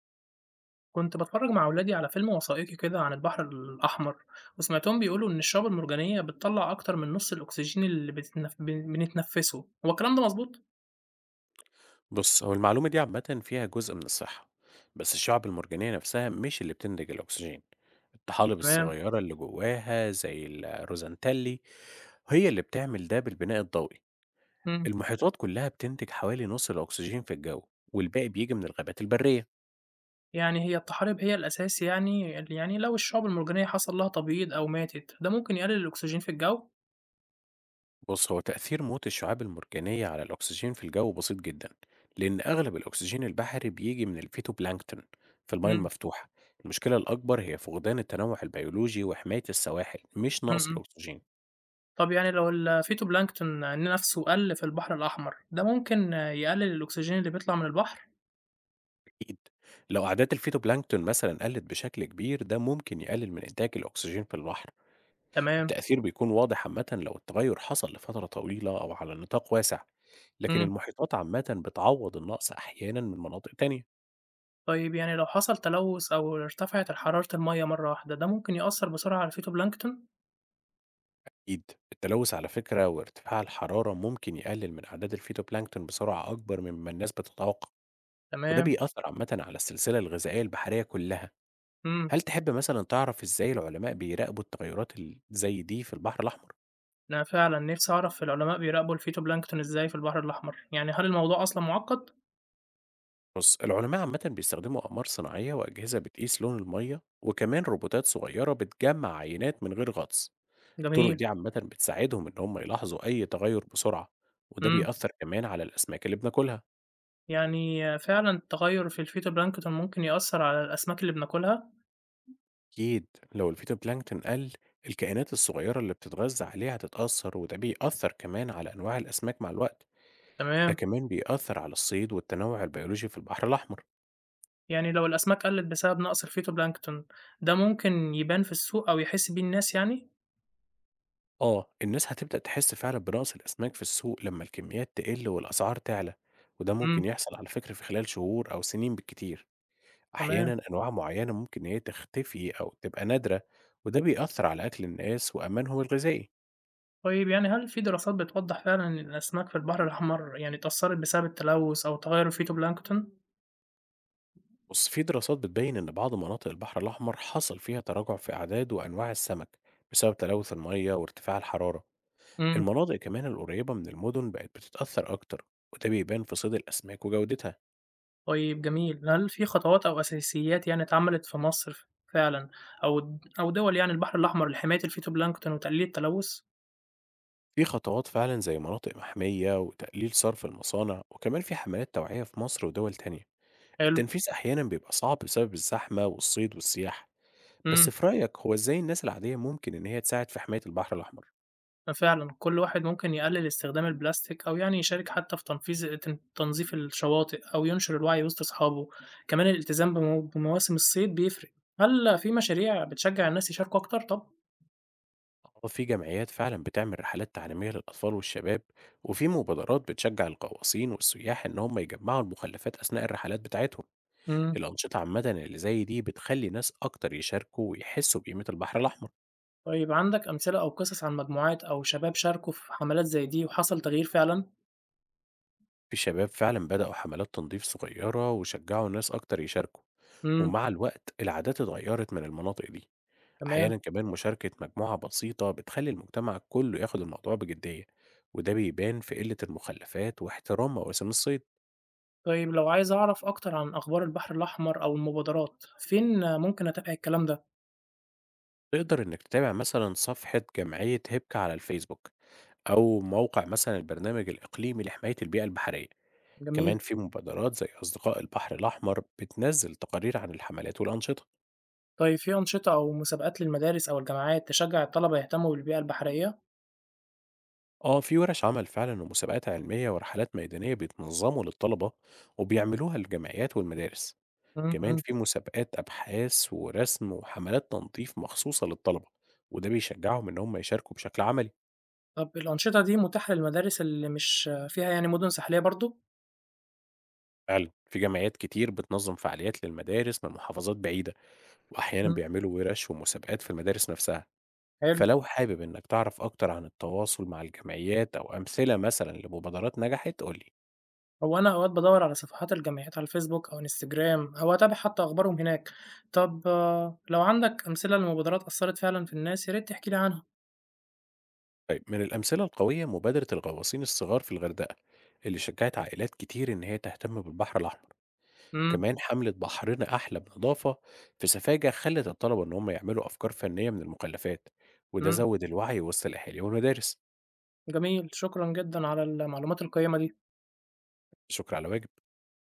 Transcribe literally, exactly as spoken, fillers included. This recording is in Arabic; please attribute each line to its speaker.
Speaker 1: كنت باتفرج مع ولادي على فيلم وثائقي كده عن البحر الأحمر وسمعتهم بيقولوا إن الشعاب المرجانية بتطلع أكتر من نص الأكسجين اللي بتتنف... بن- بنتنفسه، هو الكلام ده مظبوط؟
Speaker 2: بص، هو المعلومة دي عامة فيها جزء من الصحة. بس الشعب المرجانية نفسها مش اللي بتنتج الأكسجين. الطحالب أكيد
Speaker 1: تمام.
Speaker 2: الصغيرة اللي جواها زي الروزنتالي هي اللي بتعمل ده بالبناء الضوئي.
Speaker 1: مم.
Speaker 2: المحيطات كلها بتنتج حوالي نص الأكسجين في الجو، والباقي بيجي من الغابات البرية.
Speaker 1: يعني هي الطحالب هي الأساس، يعني يعني لو الشعاب المرجانية حصل لها تبييض أو ماتت ده ممكن يقلل الأكسجين في الجو؟
Speaker 2: بص، هو تأثير موت الشعاب المرجانية على الأكسجين في الجو بسيط جدا، لأن أغلب الأكسجين البحري بيجي من الفيتوبلانكتون في المياه
Speaker 1: مم.
Speaker 2: المفتوحة. المشكلة الأكبر هي فقدان التنوع البيولوجي وحماية السواحل، مش
Speaker 1: مم.
Speaker 2: نقص
Speaker 1: مم.
Speaker 2: الأكسجين.
Speaker 1: طب يعني لو الفيتوبلانكتون نفسه قل في البحر الأحمر ده ممكن يقلل الأكسجين اللي بيطلع من البحر؟
Speaker 2: أكيد، لو أعداد الفيتوبلانكتون مثلا قلت بشكل كبير، ده ممكن يقلل من إنتاج الأكسجين في البحر.
Speaker 1: تمام.
Speaker 2: التأثير بيكون واضح عامة لو التغير حصل لفترة طويلة أو على نطاق واسع، لكن
Speaker 1: مم.
Speaker 2: المحيطات عامة بتعوض النقص أحيانا من مناطق تانية.
Speaker 1: طيب يعني لو حصل تلوث أو ارتفعت حرارة المَيّة مرة واحدة، ده ممكن يأثّر بسرعة على الفيتوبلانكتون؟
Speaker 2: أكيد التلوث، على فكرة، وارتفاع الحرارة ممكن يقلل من أعداد الفيتوبلانكتون بسرعة أكبر مما الناس بتتوقع. وده
Speaker 1: تمام.
Speaker 2: بيأثر عامة على السلسلة الغذائية البحرية كلها.
Speaker 1: إمم.
Speaker 2: هل تحب مثلا تعرف إزاي العلماء بيراقبوا التغيرات ال- زي دي في البحر الأحمر؟
Speaker 1: أنا فعلًا نفسي أعرف العلماء بيراقبوا الفيتوبلانكتون إزاي في البحر الأحمر، يعني هل الموضوع أصلًا معقّد؟
Speaker 2: بص، العلماء عامة بيستخدموا أقمار صناعية وأجهزة بتقيس لون المية، وكمان روبوتات صغيرة بتجمع عينات من غير غطس. الطرق
Speaker 1: جميل.
Speaker 2: دي عامة بتساعدهم إن هم يلاحظوا أي تغير بسرعة. وده
Speaker 1: إمم.
Speaker 2: بيأثر كمان على الأسماك اللي بناكلها.
Speaker 1: يعني فعلًا التغيُّر في الفيتوبلانكتون ممكن يأثّر على الأسماك اللي بناكلها؟
Speaker 2: أكيد، لو الفيتوبلانكتون قل، الكائنات الصغيرة اللي بتتغذى عليه هتتأثر، وده بيأثر كمان على أنواع الأسماك مع الوقت. ده
Speaker 1: تمام.
Speaker 2: كمان بيأثر على الصيد والتنوع البيولوجي في البحر الأحمر.
Speaker 1: يعني لو الأسماك قلّت بسبب نقص الفيتوبلانكتون، ده ممكن يبان في السوق أو يحس بيه الناس يعني؟
Speaker 2: آه، الناس هتبدأ تحس فعلا بنقص الأسماك في السوق لما الكميات تقل والأسعار تعلى. وده ممكن
Speaker 1: إمم.
Speaker 2: يحصل، على فكرة، في خلال شهور أو سنين بالكتير.
Speaker 1: تمام.
Speaker 2: أحيانا أنواع معينة ممكن إن هي تختفي أو تبقى نادرة. وده بيأثر على أكل الناس وأمانهم الغذائي.
Speaker 1: طيب يعني هل في دراسات بتوضح فعلًا إن الأسماك في البحر الأحمر يعني اتأثّرت بسبب التلوث أو تغيُّر الفيتوبلانكتون؟
Speaker 2: بص، في دراسات بتبين إن بعض مناطق البحر الأحمر حصل فيها تراجع في أعداد وأنواع السمك بسبب تلوث المية وارتفاع الحرارة.
Speaker 1: إمم.
Speaker 2: المناطق كمان القريبة من المدن بقت بتتأثر أكتر، وده بيبان في صيد الأسماك وجودتها.
Speaker 1: طيب جميل، هل في خطوات أو أساسيات يعني اتعملت في مصر ف فعلًا أو د أو دول، يعني البحر الأحمر لحماية الفيتوبلانكتون وتقليل التلوث؟
Speaker 2: في خطوات فعلا زي مناطق محمية وتقليل صرف المصانع، وكمان في حملات توعية في مصر ودول تانية.
Speaker 1: حلو.
Speaker 2: التنفيذ أحيانا بيبقى صعب بسبب الزحمة والصيد والسياحة. بس
Speaker 1: إمم.
Speaker 2: في رأيك، هو إزاي الناس العادية ممكن إن هي تساعد في حماية البحر الأحمر؟
Speaker 1: ففعلًا كل واحد ممكن يقلل استخدام البلاستيك، أو يعني يشارك حتى في تنفيذ تن تنظيف الشواطئ، أو ينشر الوعي وسط أصحابه، كمان الالتزام بمو بمواسم الصيد بيفرق. هل في مشاريع بتشجّع الناس يشاركوا أكتر طب؟
Speaker 2: آه، في جمعيات فعلا بتعمل رحلات تعليمية للأطفال والشباب، وفي مبادرات بتشجع الغواصين والسياح إن هم يجمعوا المخلفات أثناء الرحلات بتاعتهم.
Speaker 1: إمم.
Speaker 2: الأنشطة عامة اللي زي دي بتخلي ناس أكتر يشاركوا ويحسوا بقيمة البحر الأحمر.
Speaker 1: طيب عندك أمثلة أو قصص عن مجموعات أو شباب شاركوا في حملات زي دي وحصل تغيير فعلًا؟
Speaker 2: في شباب فعلا بدأوا حملات تنظيف صغيرة وشجعوا ناس أكتر يشاركوا،
Speaker 1: إمم.
Speaker 2: ومع الوقت العادات اتغيرت من المناطق دي.
Speaker 1: تمام.
Speaker 2: أحيانا كمان مشاركة مجموعة بسيطة بتخلي المجتمع كله ياخد الموضوع بجدية، وده بيبان في قلة المخلفات واحترام مواسم الصيد.
Speaker 1: طيب لو عايز أعرف أكتر عن أخبار البحر الأحمر أو المبادرات، فين ممكن أتابع الكلام ده؟
Speaker 2: تقدر إنك تتابع مثلًا صفحة جمعية هيبكا على الفيسبوك، أو موقع مثلًا البرنامج الإقليمي لحماية البيئة البحرية. كمان
Speaker 1: جميل.
Speaker 2: في مبادرات زي أصدقاء البحر الأحمر بتنزل تقارير عن الحملات والأنشطة.
Speaker 1: طيب في أنشطة أو مسابقات للمدارس أو الجامعات تشجع الطلبة يهتموا بالبيئة البحرية؟
Speaker 2: آه، في ورش عمل فعلًا ومسابقات علمية ورحلات ميدانية بيتنظموا للطلبة وبيعملوها للجمعيات والمدارس.
Speaker 1: إمم.
Speaker 2: كمان
Speaker 1: إمم.
Speaker 2: في مسابقات أبحاث ورسم وحملات تنظيف مخصوصة للطلبة، وده بيشجعهم إن هم يشاركوا بشكل عملي.
Speaker 1: طب الأنشطة دي متاحة للمدارس اللي مش فيها يعني مدن ساحلية برضه؟
Speaker 2: فعلًا في جمعيات كتير بتنظم فعاليات للمدارس من محافظات بعيدة، وأحيانًا
Speaker 1: إمم.
Speaker 2: بيعملوا ورش ومسابقات في المدارس نفسها.
Speaker 1: حلو.
Speaker 2: فلو حابب إنك تعرف أكتر عن التواصل مع الجمعيات أو أمثلة مثلًا لمبادرات نجحت، قُل لي.
Speaker 1: هو أنا أوقات بادوّر على صفحات الجمعيات على الفيسبوك أو انستجرام، أو أتابع حتى أخبارهم هناك. طب آه، لو عندك أمثلة لمبادرات أثّرت فعلًا في الناس يا ريت تحكي لي عنها.
Speaker 2: طيب، من الأمثلة القوية مبادرة الغواصين الصغار في الغردقة، اللي شجعت عائلات كتير إن هي تهتم بالبحر الأحمر.
Speaker 1: إمم.
Speaker 2: كمان حملة بحرنا أحلى بنضافة في سفاجة خلت الطلبة إن هم يعملوا أفكار فنية من المخلفات، وده
Speaker 1: إمم.
Speaker 2: زود الوعي وسط الأهالي والمدارس.
Speaker 1: جميل، شكرًا جدًا على المعلومات القيّمة دي.
Speaker 2: لا شكر على واجب.